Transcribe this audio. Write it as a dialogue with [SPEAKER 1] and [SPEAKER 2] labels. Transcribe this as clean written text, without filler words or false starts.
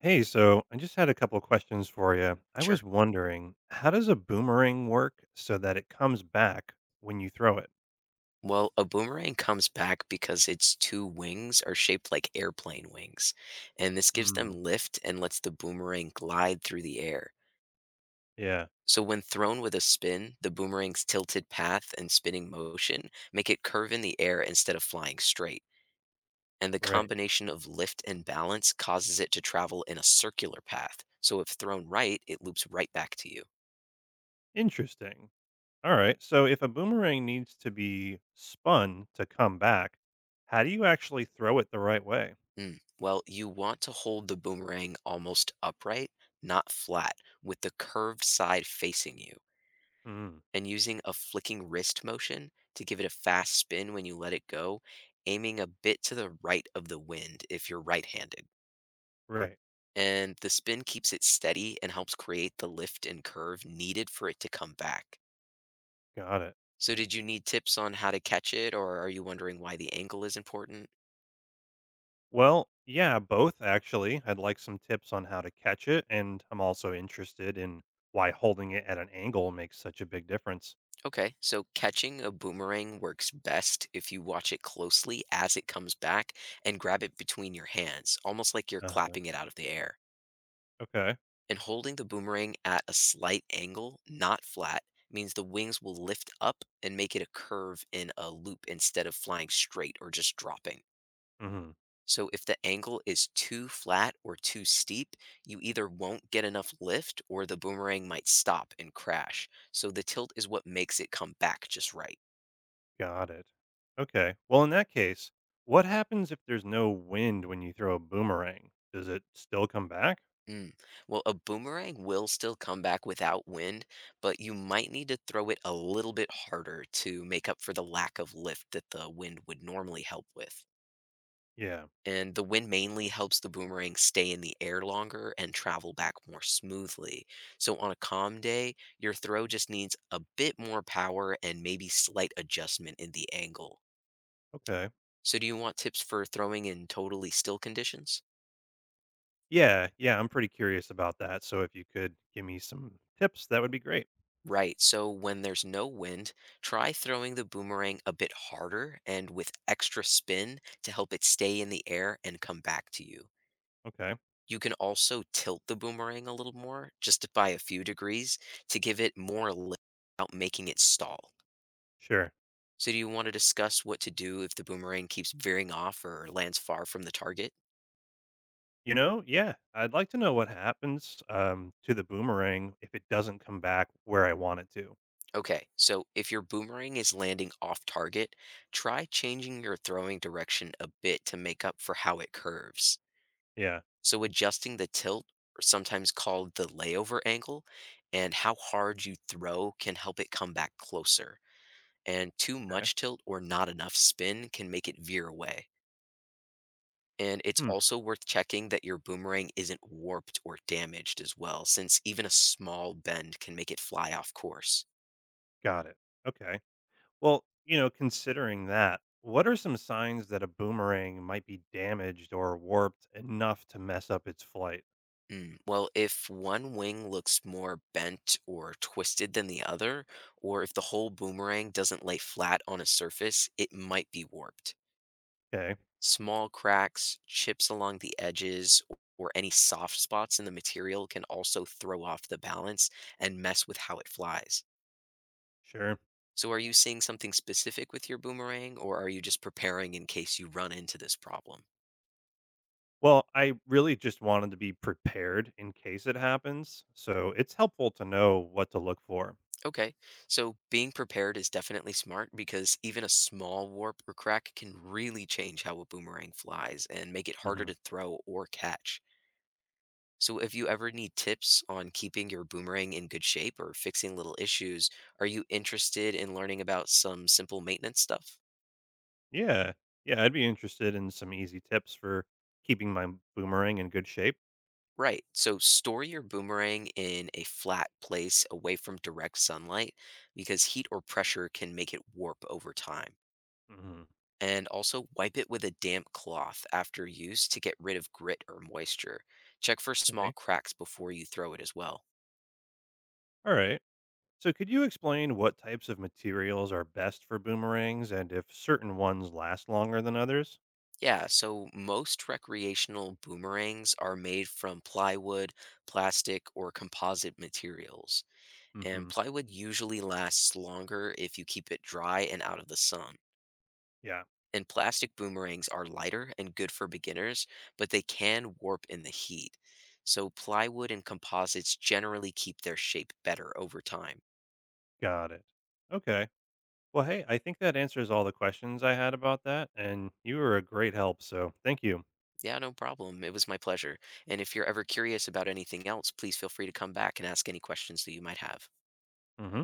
[SPEAKER 1] Hey, so I just had a couple questions for you. I
[SPEAKER 2] Sure.
[SPEAKER 1] was wondering, how does a boomerang work so that it comes back when you throw it?
[SPEAKER 2] Well, a boomerang comes back because its two wings are shaped like airplane wings, and this gives
[SPEAKER 1] Hmm.
[SPEAKER 2] them lift and lets the boomerang glide through the air.
[SPEAKER 1] Yeah,
[SPEAKER 2] So, when thrown with a spin, the boomerang's tilted path and spinning motion make it curve in the air instead of flying straight. And the
[SPEAKER 1] right.
[SPEAKER 2] combination of lift and balance causes it to travel in a circular path. So, if thrown right, it loops right back to you.
[SPEAKER 1] Interesting. All right. So if a boomerang needs to be spun to come back, how do you actually throw it the right way?
[SPEAKER 2] Mm. Well, you want to hold the boomerang almost upright, not flat, with the curved side facing you,
[SPEAKER 1] Hmm.
[SPEAKER 2] and using a flicking wrist motion to give it a fast spin when you let it go, aiming a bit to the right of the wind if you're right handed.
[SPEAKER 1] Right.
[SPEAKER 2] And the spin keeps it steady and helps create the lift and curve needed for it to come back.
[SPEAKER 1] Got it.
[SPEAKER 2] So, did you need tips on how to catch it, or are you wondering why the angle is important?
[SPEAKER 1] Well, yeah, both actually. I'd like some tips on how to catch it, and I'm also interested in why holding it at an angle makes such a big difference.
[SPEAKER 2] Okay, so catching a boomerang works best if you watch it closely as it comes back and grab it between your hands, almost like you're
[SPEAKER 1] Uh huh.
[SPEAKER 2] clapping it out of the air.
[SPEAKER 1] Okay.
[SPEAKER 2] And holding the boomerang at a slight angle, not flat, means the wings will lift up and make it a curve in a loop instead of flying straight or just dropping.
[SPEAKER 1] Hmm.
[SPEAKER 2] So if the angle is too flat or too steep, you either won't get enough lift or the boomerang might stop and crash. So the tilt is what makes it come back just right.
[SPEAKER 1] Got it. Okay. Well, in that case, what happens if there's no wind when you throw a boomerang? Does it still come back?
[SPEAKER 2] Mm. Well, a boomerang will still come back without wind, but you might need to throw it a little bit harder to make up for the lack of lift that the wind would normally help with.
[SPEAKER 1] Yeah.
[SPEAKER 2] And the wind mainly helps the boomerang stay in the air longer and travel back more smoothly. So, on a calm day, your throw just needs a bit more power and maybe slight adjustment in the angle.
[SPEAKER 1] Okay.
[SPEAKER 2] So, do you want tips for throwing in totally still conditions?
[SPEAKER 1] Yeah. Yeah. I'm pretty curious about that. So if you could give me some tips, that would be great.
[SPEAKER 2] Right, so when there's no wind, try throwing the boomerang a bit harder and with extra spin to help it stay in the air and come back to you.
[SPEAKER 1] Okay.
[SPEAKER 2] You can also tilt the boomerang a little more, just by a few degrees, to give it more lift without making it stall.
[SPEAKER 1] Sure.
[SPEAKER 2] So, do you want to discuss what to do if the boomerang keeps veering off or lands far from the target?
[SPEAKER 1] Yeah, I'd like to know what happens to the boomerang if it doesn't come back where I want it to.
[SPEAKER 2] Okay, so if your boomerang is landing off target, try changing your throwing direction a bit to make up for how it curves.
[SPEAKER 1] Yeah.
[SPEAKER 2] So adjusting the tilt, or sometimes called the layover angle, and how hard you throw can help it come back closer. And too
[SPEAKER 1] Okay.
[SPEAKER 2] much tilt or not enough spin can make it veer away. And it's
[SPEAKER 1] Hmm.
[SPEAKER 2] also worth checking that your boomerang isn't warped or damaged as well, since even a small bend can make it fly off course.
[SPEAKER 1] Got it. Okay. Well, considering that, what are some signs that a boomerang might be damaged or warped enough to mess up its flight?
[SPEAKER 2] Well, if one wing looks more bent or twisted than the other, or if the whole boomerang doesn't lay flat on a surface, it might be warped.
[SPEAKER 1] Okay,
[SPEAKER 2] Small cracks, chips along the edges, or any soft spots in the material can also throw off the balance and mess with how it flies.
[SPEAKER 1] sure.
[SPEAKER 2] So, are you seeing something specific with your boomerang, or are you just preparing in case you run into this problem?
[SPEAKER 1] Well, I really just wanted to be prepared in case it happens. So it's helpful to know what to look for.
[SPEAKER 2] Okay, so being prepared is definitely smart because even a small warp or crack can really change how a boomerang flies and make it harder
[SPEAKER 1] Hmm.
[SPEAKER 2] to throw or catch. So, if you ever need tips on keeping your boomerang in good shape or fixing little issues, are you interested in learning about some simple maintenance stuff?
[SPEAKER 1] Yeah. Yeah. I'd be interested in some easy tips for keeping my boomerang in good shape.
[SPEAKER 2] Right. So, store your boomerang in a flat place away from direct sunlight because heat or pressure can make it warp over time.
[SPEAKER 1] Hmm.
[SPEAKER 2] And also wipe it with a damp cloth after use to get rid of grit or moisture. Check for small
[SPEAKER 1] Okay.
[SPEAKER 2] cracks before you throw it as well.
[SPEAKER 1] All right. So could you explain what types of materials are best for boomerangs and if certain ones last longer than others?
[SPEAKER 2] Yeah, so most recreational boomerangs are made from plywood, plastic, or composite materials. And
[SPEAKER 1] Mhm.
[SPEAKER 2] plywood usually lasts longer if you keep it dry and out of the sun.
[SPEAKER 1] Yeah,
[SPEAKER 2] And plastic boomerangs are lighter and good for beginners, but they can warp in the heat. So plywood and composites generally keep their shape better over time.
[SPEAKER 1] got it. Okay. Well, hey, I think that answers all the questions I had about that, and you were a great help. So thank you.
[SPEAKER 2] Yeah, no problem. It was my pleasure. And if you're ever curious about anything else, please feel free to come back and ask any questions that you might have.
[SPEAKER 1] Hmm.